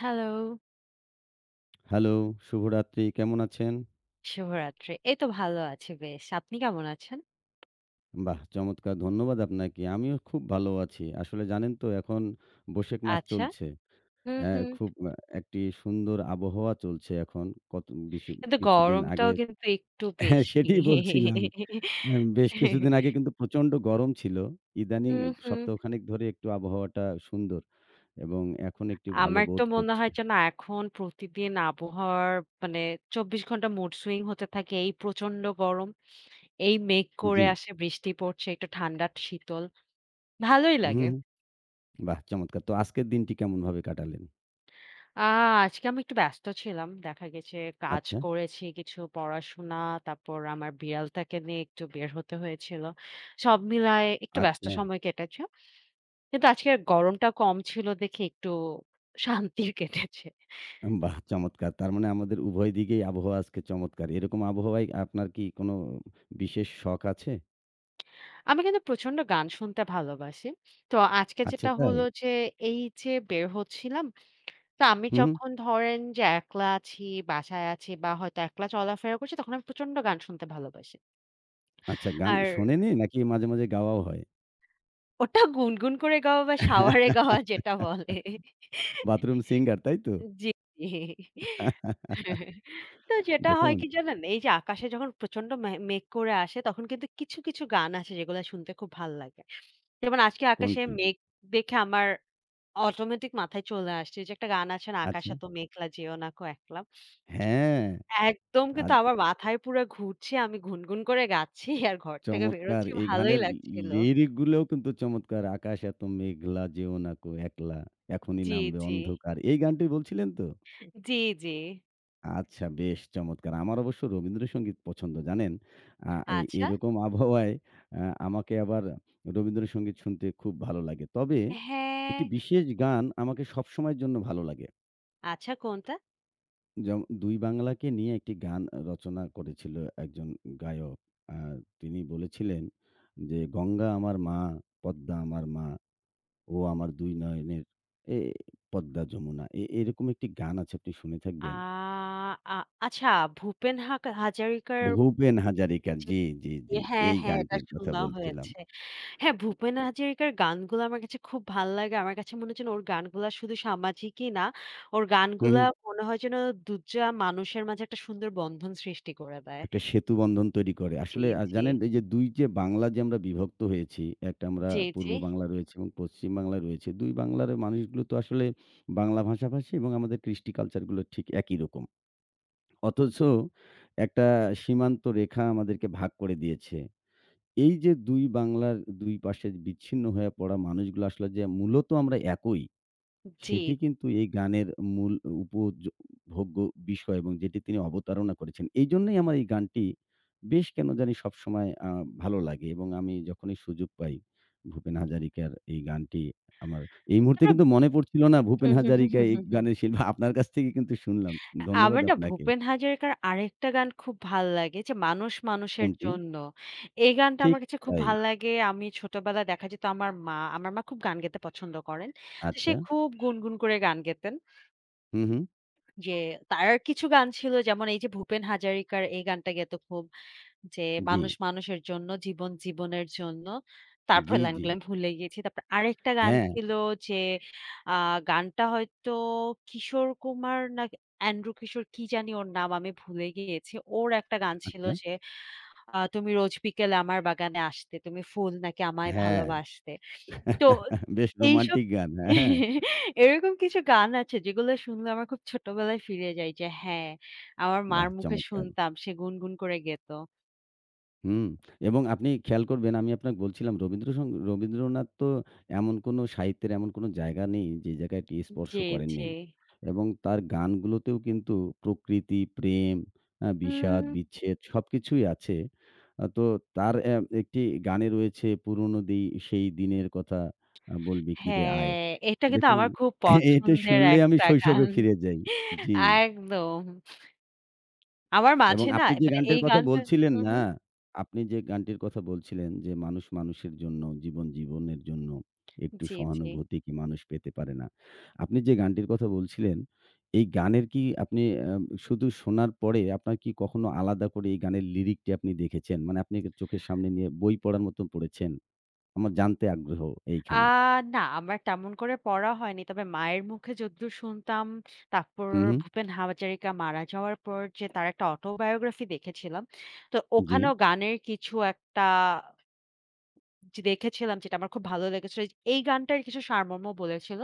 Hello, hello, শুভরাত্রি। কেমন আছেন? শুভরাত্রি। এই তো ভালো আছি বেশ। আপনি কেমন আছেন? বাহ! চমৎকার ধন্যবাদ আপনাকে। আমিও খুব ভালো আছি। আসলে জানেন তো এখন বৈশাখ মাস আচ্ছা। চলছে। হুম, অ্যা হুম। খুব একটি সুন্দর আবহাওয়া চলছে এখন। কত বেশি কিন্তু কিছুদিন আগে। গরমটাও কিন্তু একটু হ্যাঁ, বেশি। সেটিই বলছিলাম। বেশ কিছুদিন আগে কিন্তু প্রচণ্ড গরম ছিল। ইদানিং হুম, হুম। সপ্তাহখানেক ধরে একটু আবহাওয়াটা সুন্দর এবং এখন একটু ভালো আমার তো বোধ মনে করছি। হয় যেন এখন প্রতিদিন আবহাওয়ার মানে ২৪ ঘন্টা মুড সুইং হতে থাকে। এই প্রচন্ড গরম, এই মেঘ জি। করে আসে, বৃষ্টি পড়ছে, একটু ঠান্ডা শীতল। ভালোই হুম, লাগে। হুম। বাহ! চমৎকার। তো আজকের দিনটি কেমনভাবে কাটালেন? আ আজকে আমি একটু ব্যস্ত ছিলাম। দেখা গেছে কাজ আচ্ছা, করেছি, কিছু পড়াশোনা, তারপর আমার বিড়ালটাকে নিয়ে একটু বের হতে হয়েছিল। সব মিলায়ে একটু ব্যস্ত আচ্ছা। সময় কেটেছে। কিন্তু আজকে গরমটা কম ছিল দেখে একটু শান্তির কেটেছে। বাহ! চমৎকার। তার মানে আমাদের উভয় দিকেই আবহাওয়া আজকে চমৎকার। এরকম আবহাওয়ায় আপনার কি কোনো বিশেষ শখ আছে? আমি কিন্তু প্রচন্ড গান শুনতে ভালোবাসি। তো আজকে আচ্ছা যেটা তাই? হলো যে, এই যে বের হচ্ছিলাম, তো আমি হু, হু। যখন ধরেন যে একলা আছি, বাসায় আছি বা হয়তো একলা চলাফেরা করছি, তখন আমি প্রচন্ড গান শুনতে ভালোবাসি। আচ্ছা গান আর শোনেনই নাকি মাঝে, মাঝে গাওয়াও হয়? ওটা গুনগুন করে গাওয়া বা শাওয়ারে গাওয়া যেটা বলে। বাথরুম সিঙ্গার তাই তো? জি, জি। তো যেটা হয় দেখুন কি জানেন? এই যে আকাশে যখন প্রচন্ড মেঘ করে আসে তখন কিন্তু কিছু, কিছু গান আছে যেগুলা শুনতে খুব ভাল লাগে। যেমন আজকে আকাশে কোনটি? মেঘ দেখে আমার অটোমেটিক মাথায় চলে আসছে যে একটা গান আছে না? "আকাশ আচ্ছা। এত মেঘলা যেও না কো একলা।" হ্যাঁ, একদম আর কিন্তু আমার মাথায় পুরা ঘুরছে। আমি গুনগুন করে গাচ্ছি আর ঘর থেকে চমৎকার বেরোচ্ছি এই ভালোই গানের লাগছিল। লিরিক গুলোও কিন্তু চমৎকার। আকাশ এত মেঘলা যেও না কো একলা, এখনই জি, নামবে জি। অন্ধকার। এই গানটি বলছিলেন তো? জি, জি। আচ্ছা বেশ চমৎকার! আমার অবশ্য রবীন্দ্রসঙ্গীত পছন্দ জানেন? এই আচ্ছা। এরকম আবহাওয়ায় আ আমাকে আবার রবীন্দ্রসঙ্গীত শুনতে খুব ভালো লাগে। তবে একটি হ্যাঁ, বিশেষ গান আমাকে সবসময়ের জন্য ভালো লাগে। আচ্ছা কোনটা? যেমন ২ বাংলাকে নিয়ে একটি গান রচনা করেছিল একজন গায়ক। আ তিনি বলেছিলেন যে, "গঙ্গা আমার মা, পদ্মা আমার মা, ও আমার ২ নয়নের এ পদ্মা যমুনা।" এরকম একটি গান আছে আপনি শুনে আ থাকবেন। আ আচ্ছা ভূপেন হাজারিকার ভূপেন হাজারিকা। যে জি, জি, ইয়ে, জি। হ্যাঁ, এই হ্যাঁ, এটা গানটির কথা শোনা বলছিলাম। হয়েছে। হ্যাঁ, ভূপেন হাজারিকার গানগুলো আমার কাছে খুব ভাল লাগে। আমার কাছে মনে হয় যেন ওর গানগুলা শুধু সামাজিকই না, ওর হুম, গানগুলা হুম। মনে হয় যেন ২ টা মানুষের মাঝে একটা সুন্দর বন্ধন সৃষ্টি করে দেয়। একটা সেতু বন্ধন তৈরি করে। জি, আসলে জি। জানেন এই যে ২ যে বাংলা যে আমরা বিভক্ত হয়েছি, একটা আমরা জি, পূর্ব জি। বাংলা রয়েছে এবং পশ্চিম বাংলা রয়েছে। ২ বাংলার মানুষগুলো তো আসলে বাংলা ভাষাভাষী এবং আমাদের কৃষ্টি কালচার গুলো ঠিক একই রকম। অথচ একটা সীমান্ত রেখা আমাদেরকে ভাগ করে দিয়েছে। এই যে ২ বাংলার ২ পাশে বিচ্ছিন্ন হয়ে পড়া মানুষগুলো আসলে যে মূলত আমরা একই। জি। সেটি কিন্তু এই গানের মূল উপযোগ্য বিষয় এবং যেটি তিনি অবতারণা করেছেন। এইজন্যই আমার এই গানটি বেশ কেন জানি সবসময় ভালো লাগে এবং আমি যখনই সুযোগ পাই ভূপেন হাজারিকার এই গানটি আমার এই মুহূর্তে তারপর কিন্তু মনে পড়ছিল না ভূপেন হুম, হুম, হুম, হাজারিকা হুম, এই হুম, হুম। গানের শিল্পী। আপনার কাছ থেকে কিন্তু শুনলাম। ধন্যবাদ আমার না আপনাকে। 'ভূপেন হাজারিকার' আরেকটা গান খুব ভাল লাগে যে 'মানুষ মানুষের কোনটি? জন্য।' এই গানটা ঠিক আমার কাছে খুব তাই। ভাল লাগে। আমি ছোটবেলায় দেখা যেত আমার মা খুব গান গেতে পছন্দ করেন। তো সে আচ্ছা। খুব গুনগুন করে গান গেতেন। হু, হু। যে তার কিছু গান ছিল যেমন এই যে 'ভূপেন হাজারিকার' এই গানটা গেতো খুব। যে জি। মানুষ মানুষের জন্য, জীবন জীবনের জন্য। তারপর জি, জি। লাইনগুলো আমি ভুলে গিয়েছি। তারপর আরেকটা গান হ্যাঁ, ছিল যে আ গানটা হয়তো কিশোর কুমার না এন্ড্রু কিশোর কি জানি ওর নাম আমি ভুলে গিয়েছি। ওর একটা গান ছিল আচ্ছা। যে তুমি রোজ বিকেলে আমার বাগানে আসতে। তুমি ফুল নাকি আমায় হ্যাঁ। ভালোবাসতে। তো বেশ এইসব রোমান্টিক গান। হ্যাঁ, হ্যাঁ, এরকম কিছু গান আছে যেগুলো শুনলে আমার খুব ছোটবেলায় ফিরে যাই যে হ্যাঁ, আমার মার বাহ! মুখে চমৎকার। শুনতাম সে গুনগুন করে গেত। হুম, এবং আপনি খেয়াল করবেন আমি আপনাকে বলছিলাম রবীন্দ্রনাথ তো এমন কোনো সাহিত্যের এমন কোনো জায়গা নেই যে জায়গায় এটি স্পর্শ জি, করেননি। জি। এবং তার গানগুলোতেও কিন্তু প্রকৃতি, প্রেম, বিষাদ, উম বিচ্ছেদ সবকিছুই আছে। তো তার একটি গানে রয়েছে পুরনো দি সেই দিনের কথা বলবি কিরে আয়। হ্যাঁ, এটা কিন্তু দেখুন আমার খুব এটা পছন্দের শুনলেই আমি একটা শৈশবে গান। ফিরে যাই। জি। একদম। আমার এবং মাঝে না আপনি যে মানে গানটির এই কথা গানটা বলছিলেন হুম, না, হুম। আপনি যে গানটির কথা বলছিলেন যে, "মানুষ মানুষের জন্য, জীবন জীবনের জন্য একটু জি, জি। সহানুভূতি কি মানুষ পেতে পারে না?" আপনি যে গানটির কথা বলছিলেন, এই গানের কি আপনি আ শুধু শোনার পরে আপনার কি কখনো আলাদা করে এই গানের লিরিকটি আপনি দেখেছেন? মানে আপনি কি চোখের সামনে নিয়ে বই পড়ার মতো পড়েছেন? আমার জানতে আগ্রহ আ এইখানে। না আমার তেমন করে পড়া হয়নি। তবে মায়ের মুখে যদ্দূর শুনতাম, তারপর হু, হু। ভূপেন হাজারিকা মারা যাওয়ার পর যে তার একটা অটোবায়োগ্রাফি দেখেছিলাম। তো জি, ওখানেও গানের কিছু একটা যে দেখেছিলাম যেটা আমার খুব ভালো লেগেছিল। এই গানটার কিছু সারমর্ম বলেছিল।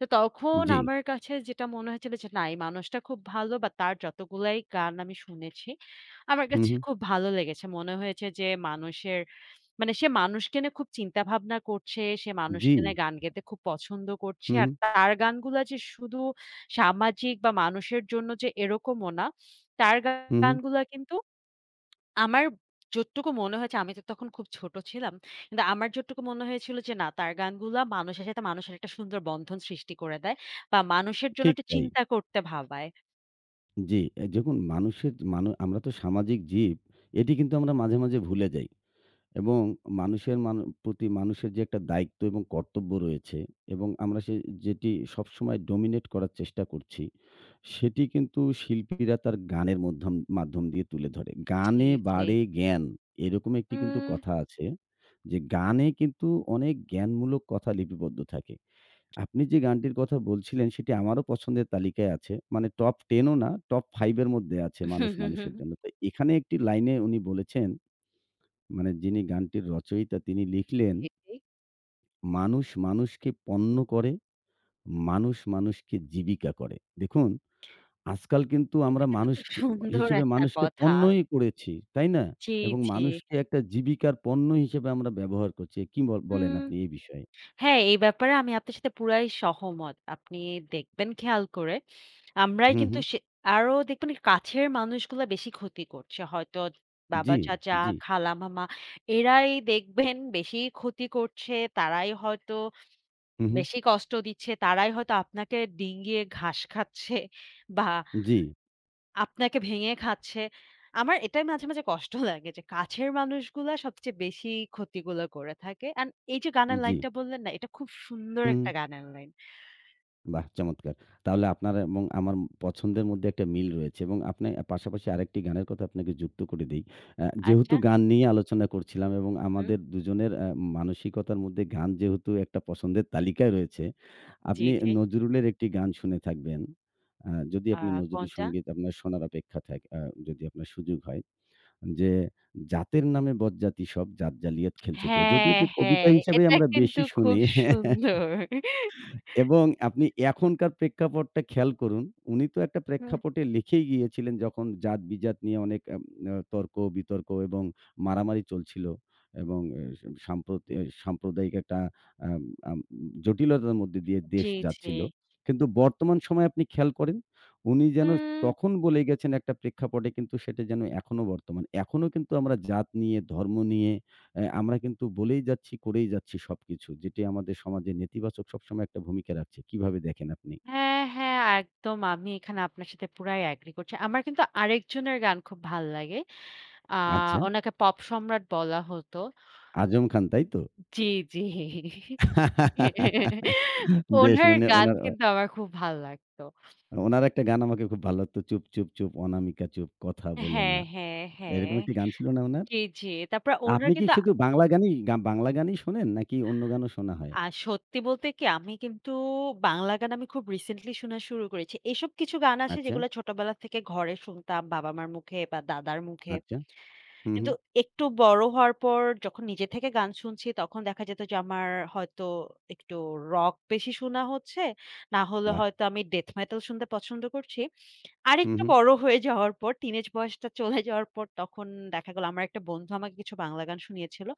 তো তখন জি। আমার কাছে যেটা মনে হয়েছিল যে না এই মানুষটা খুব ভালো বা তার যতগুলাই গান আমি শুনেছি, আমার হু, কাছে হু। খুব ভালো লেগেছে। মনে হয়েছে যে মানুষের মানে সে মানুষকে নিয়ে খুব চিন্তা ভাবনা করছে, সে জি। মানুষকে নিয়ে গান গেতে খুব পছন্দ করছে। হু, হু। আর তার গানগুলা যে শুধু সামাজিক বা মানুষের জন্য যে এরকমও না। তার হু, হু। গানগুলা কিন্তু আমার যতটুকু মনে হয়েছে আমি তো তখন খুব ছোট ছিলাম। কিন্তু আমার যতটুকু মনে হয়েছিল যে না তার গানগুলা মানুষের সাথে মানুষের একটা সুন্দর বন্ধন সৃষ্টি করে দেয় বা মানুষের জন্য ঠিক একটু তাই। চিন্তা করতে ভাবায়। জি, দেখুন মানুষের মানু আমরা তো সামাজিক জীব, এটি কিন্তু আমরা মাঝে, মাঝে ভুলে যাই এবং মানুষের মান প্রতি মানুষের যে একটা দায়িত্ব এবং কর্তব্য রয়েছে এবং আমরা সে যেটি সবসময় ডমিনেট করার চেষ্টা করছি, সেটি কিন্তু শিল্পীরা তার গানের মাধ্যম দিয়ে তুলে ধরে। জি, "গানে জি। বাড়ে জ্ঞান" এরকম একটি কিন্তু উম কথা আছে যে, গানে কিন্তু অনেক জ্ঞানমূলক কথা লিপিবদ্ধ থাকে। আপনি যে গানটির কথা বলছিলেন সেটি আমারও পছন্দের তালিকায় আছে। মানে টপ 10 ও না, টপ 5 এর মধ্যে আছে 'মানুষ মানুষের জন্য।' তো এখানে একটি লাইনে উনি বলেছেন, মানে যিনি গানটির রচয়িতা তিনি লিখলেন, জি, জি। "মানুষ মানুষকে পণ্য করে, মানুষ মানুষকে জীবিকা করে।" দেখুন, আজকাল কিন্তু এটা আমরা কিন্তু মানুষ খুব খি সুন্দর হিসেবে একটা মানুষকে কথা। পণ্যই করেছি, তাই না? জি, এবং জি। মানুষকে একটা জীবিকার পণ্য হিসেবে আমরা ব্যবহার করছি। কি বলেন হুম। আপনি এই বিষয়ে? হ্যাঁ, এই ব্যাপারে আমি আপনার সাথে পুরাই সহমত। আপনি দেখবেন খেয়াল করে, আমরাই হু, হু। কিন্তু সে আরো দেখবেন কাছের মানুষগুলা বেশি ক্ষতি করছে। হয়তো বাবা, জি, চাচা, জি। খালা, মামা এরাই দেখবেন বেশি ক্ষতি করছে। তারাই হয়তো হু, হু। বেশি কষ্ট দিচ্ছে। তারাই হয়তো আপনাকে ডিঙিয়ে ঘাস খাচ্ছে বা জি, আপনাকে ভেঙে খাচ্ছে। আমার এটাই মাঝে, মাঝে কষ্ট লাগে যে কাছের মানুষগুলা সবচেয়ে বেশি ক্ষতিগুলো করে থাকে। অ্যান্ড এই যে গানের জি। লাইনটা বললেন না, এটা খুব সুন্দর হু। একটা গানের লাইন। বাহ! চমৎকার। তাহলে আপনার এবং আমার পছন্দের মধ্যে একটা মিল রয়েছে এবং আপনি পাশাপাশি আরেকটি গানের কথা আপনাকে যুক্ত করে দেই। যেহেতু আচ্ছা, গান নিয়ে আলোচনা করছিলাম এবং হুম, আমাদের দুজনের মানসিকতার মধ্যে গান যেহেতু একটা পছন্দের তালিকায় রয়েছে, জি, আপনি জি। নজরুলের একটি গান শুনে থাকবেন। যদি আ আপনি নজরুল কোনটা? সঙ্গীত আপনার শোনার অপেক্ষা থাকে যদি আপনার সুযোগ হয় যে, "জাতের নামে বজ্জাতি সব জাত জালিয়াত খেলছো জো।" যদিও হ্যাঁ, এটি হ্যাঁ, কবিতা হিসেবে এটা আমরা কিন্তু বেশি শুনি। খুব সুন্দর। এবং আপনি এখনকার প্রেক্ষাপটটা খেয়াল করুন। উনি তো একটা হুম, প্রেক্ষাপটে লিখেই গিয়েছিলেন যখন জাত-বিজাত নিয়ে অনেক আম আ তর্ক-বিতর্ক এবং মারামারি চলছিল এবং এ সাম্প্রতি সাম্প্রদায়িক একটা আম আম জটিলতার মধ্যে দিয়ে দেশ জি, জি। যাচ্ছিল। কিন্তু বর্তমান সময়ে আপনি খেয়াল করেন, উনি যেন উম তখন বলে গেছেন একটা প্রেক্ষাপটে কিন্তু সেটা যেন এখনো বর্তমান। এখনো কিন্তু আমরা জাত নিয়ে, ধর্ম নিয়ে আমরা কিন্তু বলেই যাচ্ছি, করেই যাচ্ছি সবকিছু। যেটি আমাদের সমাজে নেতিবাচক সবসময় একটা ভূমিকা রাখছে। কিভাবে দেখেন আপনি? হ্যাঁ, হ্যাঁ, একদম আমি এখানে আপনার সাথে পুরাই এগ্রি করছি। আমার কিন্তু আরেকজনের গান খুব ভাল লাগে। আ আচ্ছা, ওনাকে পপ সম্রাট বলা হতো। আজম খান তাই তো? জি, জি। বেশ ওনার মানে গান কিন্তু আমার খুব ভাল লাগতো। উনার একটা গান আমাকে খুব ভালো লাগতো। 'চুপ, চুপ, চুপ অনামিকা চুপ কথা বলো হ্যাঁ, না।' হ্যাঁ, হ্যাঁ। এরকম একটি গান ছিল না উনার? জি, জি। তারপর ওনার আপনি কি কিন্তু আ শুধু বাংলা গানই শোনেন নাকি অন্য গানও শোনা হয়? আ- সত্যি বলতে কি আমি কিন্তু বাংলা গান আমি খুব রিসেন্টলি শোনা শুরু করেছি। এসব কিছু গান আছে আচ্ছা, যেগুলো ছোটবেলা থেকে ঘরে শুনতাম বাবা-মার মুখে বা দাদার মুখে। আচ্ছা। হুম, কিন্তু হুম। একটু বড় হওয়ার পর যখন নিজে থেকে গান শুনছি তখন দেখা যেত যে আমার হয়তো একটু রক বেশি শোনা হচ্ছে। না হলে বাহ! হয়তো আমি ডেথ মেটাল শুনতে পছন্দ করছি। হুম, আরেকটু হুম। বড় হয়ে যাওয়ার পর টিনেজ বয়সটা চলে যাওয়ার পর তখন দেখা গেল আমার একটা বন্ধু আমাকে কিছু বাংলা গান শুনিয়েছিল।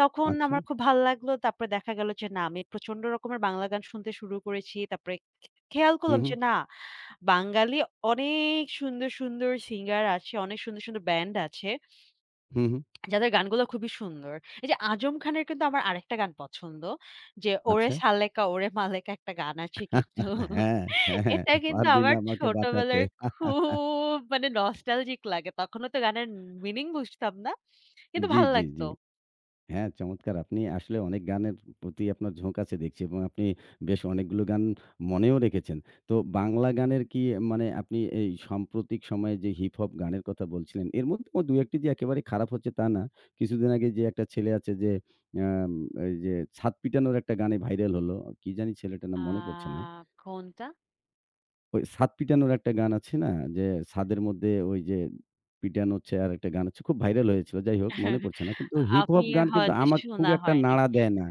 তখন আচ্ছা। আমার খুব ভাল লাগলো। তারপরে দেখা গেল যে না আমি প্রচন্ড রকমের বাংলা গান শুনতে শুরু করেছি। তারপরে খেয়াল হুম, করলাম হুম। যে না বাঙালি অনেক সুন্দর, সুন্দর সিঙ্গার আছে, অনেক সুন্দর, সুন্দর ব্যান্ড আছে। হুম, হুম। যাদের গানগুলো খুবই সুন্দর। এই যে 'আজম খানের' কিন্তু আমার আরেকটা গান পছন্দ। যে 'ওরে আচ্ছা। সালেকা ওরে মালেকা' একটা গান আছে কিন্তু। হ্যাঁ, হ্যাঁ, হ্যাঁ। এটা কিন্তু পারবি না আমার আমাকে বাঁচাতে। ছোটবেলার খুব মানে নস্টালজিক লাগে। তখনও তো গানের মিনিং বুঝতাম না। কিন্তু জি, ভাল জি, লাগতো। জি। হ্যাঁ, চমৎকার! আপনি আসলে অনেক গানের প্রতি আপনার ঝোঁক আছে দেখছি এবং আপনি বেশ অনেকগুলো গান মনেও রেখেছেন। তো বাংলা গানের কি মানে আপনি এই সাম্প্রতিক সময়ে যে হিপ হপ গানের কথা বলছিলেন, এর মধ্যেও ২-১ টি যে একেবারে খারাপ হচ্ছে তা না। কিছুদিন আগে যে একটা ছেলে আছে যে আম এই যে ছাদ পিটানোর একটা গানে ভাইরাল হলো। কি জানি ছেলেটার নাম আ মনে পড়ছে না। কোনটা? ওই ছাদ পিটানোর একটা গান আছে না? যে ছাদের মধ্যে ওই যে পিটানো চেয়ার একটা গান হচ্ছে খুব ভাইরাল হয়েছিল। যাই হোক মনে পড়ছে না। কিন্তু হিপ হপ আমি গান কিন্তু হয়তো আমার খুব শোনা একটা হয়নি। নাড়া দেয় না।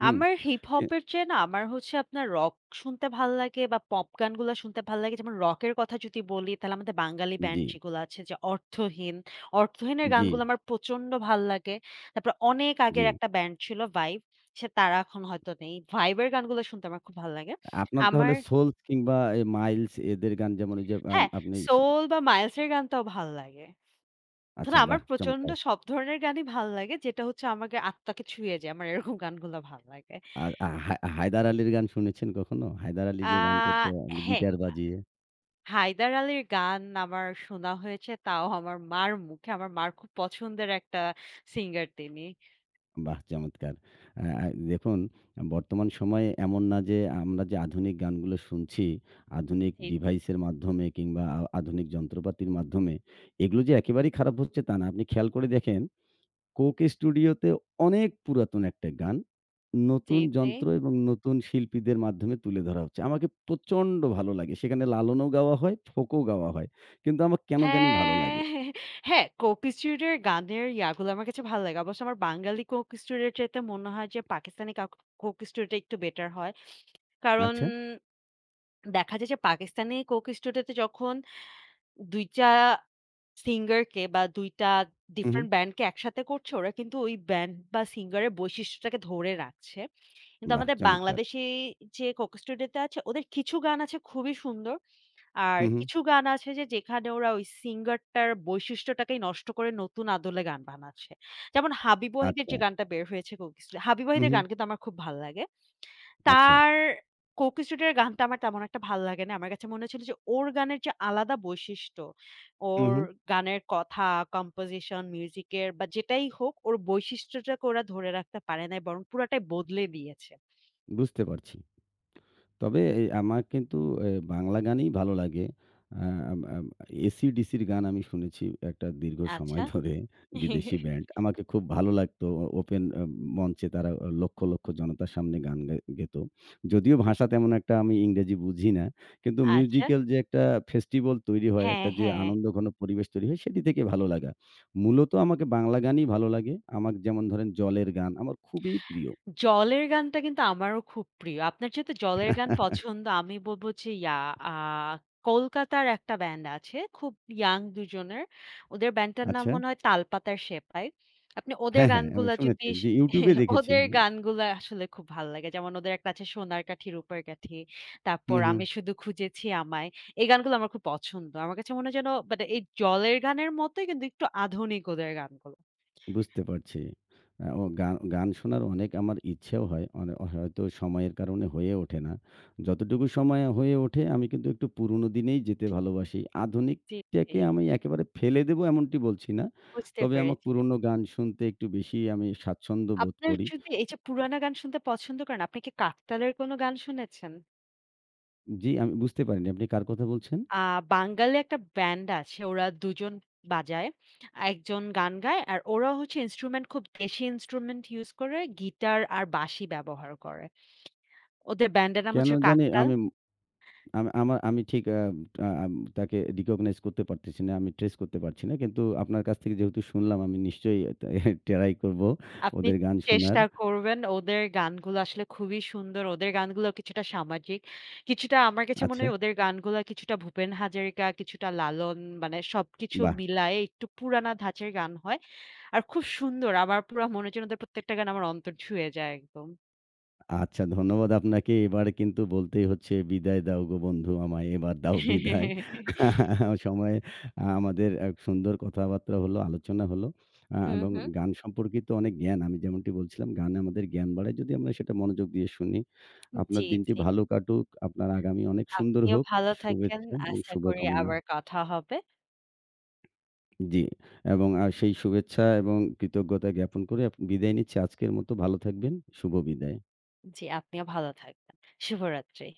হুম? আমার হিপ এ হপের চেয়ে না আমার হচ্ছে আপনার রক শুনতে ভাল লাগে বা পপ গানগুলা শুনতে ভাল লাগে। যেমন রকের কথা যদি বলি তাহলে আমাদের বাঙালি জি, ব্যান্ড যেগুলো আছে যে 'অর্থহীন', 'অর্থহীনের' জি, গানগুলো আমার প্রচন্ড ভাল লাগে। তারপরে অনেক জি। আগের একটা ব্যান্ড ছিল 'ভাইব', সে তারা এখন হয়তো নেই। 'ভাইব' এর গানগুলো শুনতে আমার খুব ভাল লাগে। আপনার তাহলে আমার সোলস কিংবা মাইলস এদের গান যেমন ওই যে হ্যাঁ, আপনি সোল বা মাইলসের গানটাও ভাল লাগে। আচ্ছা ধরুন আমার বাহ! প্রচন্ড চমৎকার। সব ধরনের গানই ভাল লাগে যেটা হচ্ছে আমাকে আত্মাকে ছুঁয়ে যায়। আমার এরকম গানগুলো ভাল লাগে। আর আ হায় হায়দার আলীর গান শুনেছেন কখনো? হায়দার আলী আ যে গান করত হ্যাঁ। গিটার বাজিয়ে। হায়দার আলীর গান আমার শোনা হয়েছে, তাও আমার মার মুখে। আমার মার খুব পছন্দের একটা সিঙ্গার তিনি। বাহ! চমৎকার। আ আ দেখুন বর্তমান সময়ে এমন না যে আমরা যে আধুনিক গানগুলো শুনছি, আধুনিক জি, ডিভাইসের মাধ্যমে কিংবা আধুনিক যন্ত্রপাতির মাধ্যমে এগুলো যে একেবারেই খারাপ হচ্ছে তা না। আপনি খেয়াল করে দেখেন কোক স্টুডিওতে অনেক পুরাতন একটা গান জি, নতুন জি। যন্ত্র এবং নতুন শিল্পীদের মাধ্যমে তুলে ধরা হচ্ছে। আমাকে প্রচণ্ড ভালো লাগে। সেখানে লালনও গাওয়া হয়, ফোকও গাওয়া হয়। কিন্তু আমার কেন জানি ভালো হ্যাঁ, লাগে। হ্যাঁ, কোকি স্টুডিওর গানের ইয়াগুলো আমার কাছে ভালো লাগে। অবশ্য আমার বাঙালি কোকি স্টুডিওর চাইতে মনে হয় যে পাকিস্তানি কোকি স্টুডিওটা একটু বেটার হয়। কারণ আচ্ছা। দেখা যায় যে পাকিস্তানি কোকি স্টুডিওতে যখন ২ টা সিঙ্গারকে বা ২ টা হু, হু। ডিফারেন্ট ব্যান্ডকে একসাথে করছে, ওরা কিন্তু ওই ব্যান্ড বা সিঙ্গারের বৈশিষ্ট্যটাকে ধরে রাখছে। কিন্তু বাহ! আমাদের চমৎকার। বাংলাদেশী যে কোক স্টুডিওতে আছে, ওদের কিছু গান আছে খুবই সুন্দর। আর হু, হু। কিছু গান আছে যে যেখানে ওরা ওই সিঙ্গারটার বৈশিষ্ট্যটাকেই নষ্ট করে নতুন আদলে গান বানাচ্ছে। যেমন হাবিব ওয়াহিদের আচ্ছা। যে গানটা বের হয়েছে কোক স্টুডিও হাবিব হু, ওয়াহিদের হু। গান কিন্তু আমার খুব ভাল লাগে। আচ্ছা। তার কোক স্টুডিওর গানটা আমার তেমন একটা ভাল লাগে না। আমার কাছে মনে হচ্ছিল যে ওর গানের যে আলাদা বৈশিষ্ট্য, হুম, ওর হুম। গানের কথা, কম্পোজিশন, মিউজিকের বা যেটাই হোক ওর বৈশিষ্ট্যটাকে ওরা ধরে রাখতে পারে নাই বরং পুরাটাই বদলে দিয়েছে। বুঝতে পারছি। তবে আমার কিন্তু বাংলা গানই ভালো লাগে। আ আম আম AC/DC র গান আমি শুনেছি একটা দীর্ঘ সময় আচ্ছা। ধরে বিদেশি ব্যান্ড। আমাকে খুব ভালো লাগতো। ওপেন মঞ্চে তারা লক্ষ, লক্ষ জনতার সামনে গান গেত। যদিও ভাষা তেমন একটা আমি ইংরেজি বুঝি না। কিন্তু আচ্ছা। মিউজিক্যাল যে একটা ফেস্টিভ্যাল তৈরি হয়, হ্যাঁ, একটা যে হ্যাঁ। আনন্দঘন পরিবেশ তৈরি হয় সেটি থেকে ভালো লাগা। মূলত আমাকে বাংলা গানই ভালো লাগে। আমার যেমন ধরেন 'জলের' গান আমার খুবই প্রিয়। জলের গানটা কিন্তু আমারও খুব প্রিয়। আপনার যেহেতু জলের গান পছন্দ, আমি বলব যে ইয়া আ কলকাতার একটা ব্যান্ড আছে, খুব ইয়াং দুজনের। ওদের ব্যান্ডটার নাম আচ্ছা। মনে হয় 'তালপাতার সেপাই।' আপনি ওদের হ্যাঁ, হ্যাঁ, আমি গানগুলা শুনেছি। যদি সে জি, YouTube এ দেখেছি ওদের আমি। গানগুলা আসলে খুব ভাল লাগে। যেমন ওদের একটা আছে 'সোনার কাঠি রূপার কাঠি', হু, তারপর হু। 'আমি শুধু খুঁজেছি আমায়।' এই গানগুলো আমার খুব পছন্দ। আমার কাছে মনে হয় যেন মানে এই জলের গানের মতোই কিন্তু একটু আধুনিক ওদের গানগুলো। বুঝতে পারছি। ও গান গান শোনার অনেক আমার ইচ্ছেও হয়। হয়তো সময়ের কারণে হয়ে ওঠে না। যতটুকু সময় হয়ে ওঠে আমি কিন্তু একটু পুরোনো দিনেই যেতে ভালোবাসি। জি, জি। আধুনিকটাকে আমি একেবারে ফেলে দেব এমনটি বলছি না। বুঝতে তবে আমার পেরেছি। পুরোনো গান শুনতে একটু বেশি আমি স্বাচ্ছন্দ্য বোধ আপনার করি। যদি এই যে পুরানা গান শুনতে পছন্দ করেন, আপনি কি কাকতালের কোনো গান শুনেছেন? জি, আমি বুঝতে পারিনি আপনি কার কথা বলছেন? আ বাঙালি একটা ব্যান্ড আছে। ওরা ২ জন বাজায়। একজন গান গায় আর ওরা হচ্ছে ইন্সট্রুমেন্ট খুব দেশি ইন্সট্রুমেন্ট ইউস করে গিটার আর বাঁশি ব্যবহার করে। ওদের ব্যান্ডের নাম কেন হচ্ছে জানি কাকতাল। আমি আমি আমার আমি ঠিক আ আ আম তাকে recognize করতে পারতেছি না। আমি ট্রেস করতে পারছি না। কিন্তু আপনার কাছ থেকে যেহেতু শুনলাম আমি নিশ্চয়ই এটা ট্রাই করব আপনি ওদের গান শোনার। চেষ্টা করবেন ওদের গানগুলো আসলে খুবই সুন্দর। ওদের গানগুলো কিছুটা সামাজিক। কিছুটা আমার কাছে মনে আচ্ছা, হয় ওদের গানগুলা কিছুটা ভূপেন হাজারিকা, কিছুটা লালন মানে সবকিছু বাহ! মিলায়ে একটু পুরানা ধাঁচের গান হয়। আর খুব সুন্দর। আমার পুরা মনে হচ্ছে ওদের প্রত্যেকটা গান আমার অন্তর ছুঁয়ে যায় একদম। আচ্ছা, ধন্যবাদ আপনাকে। এবার কিন্তু বলতেই হচ্ছে, "বিদায় দাও গো বন্ধু আমায়, এবার দাও বিদায়।" সময় আ আমাদের এক সুন্দর কথাবার্তা হলো, আলোচনা হলো। হুম, এবং হুম। গান সম্পর্কিত অনেক জ্ঞান, আমি যেমনটি বলছিলাম, গান আমাদের জ্ঞান বাড়ায় যদি আমরা সেটা মনোযোগ দিয়ে শুনি। আপনার জি, দিনটি জি। ভালো কাটুক, আপনার আগামী অনেক সুন্দর আপনিও হোক। ভালো থাকেন। শুভেচ্ছা এবং আশা করি শুভকামনা। আবার কথা হবে। জি, এবং সেই শুভেচ্ছা এবং কৃতজ্ঞতা জ্ঞাপন করে বিদায় নিচ্ছি। আজকের মতো ভালো থাকবেন। শুভ বিদায়। জি, আপনিও ভালো থাকবেন। শুভরাত্রি।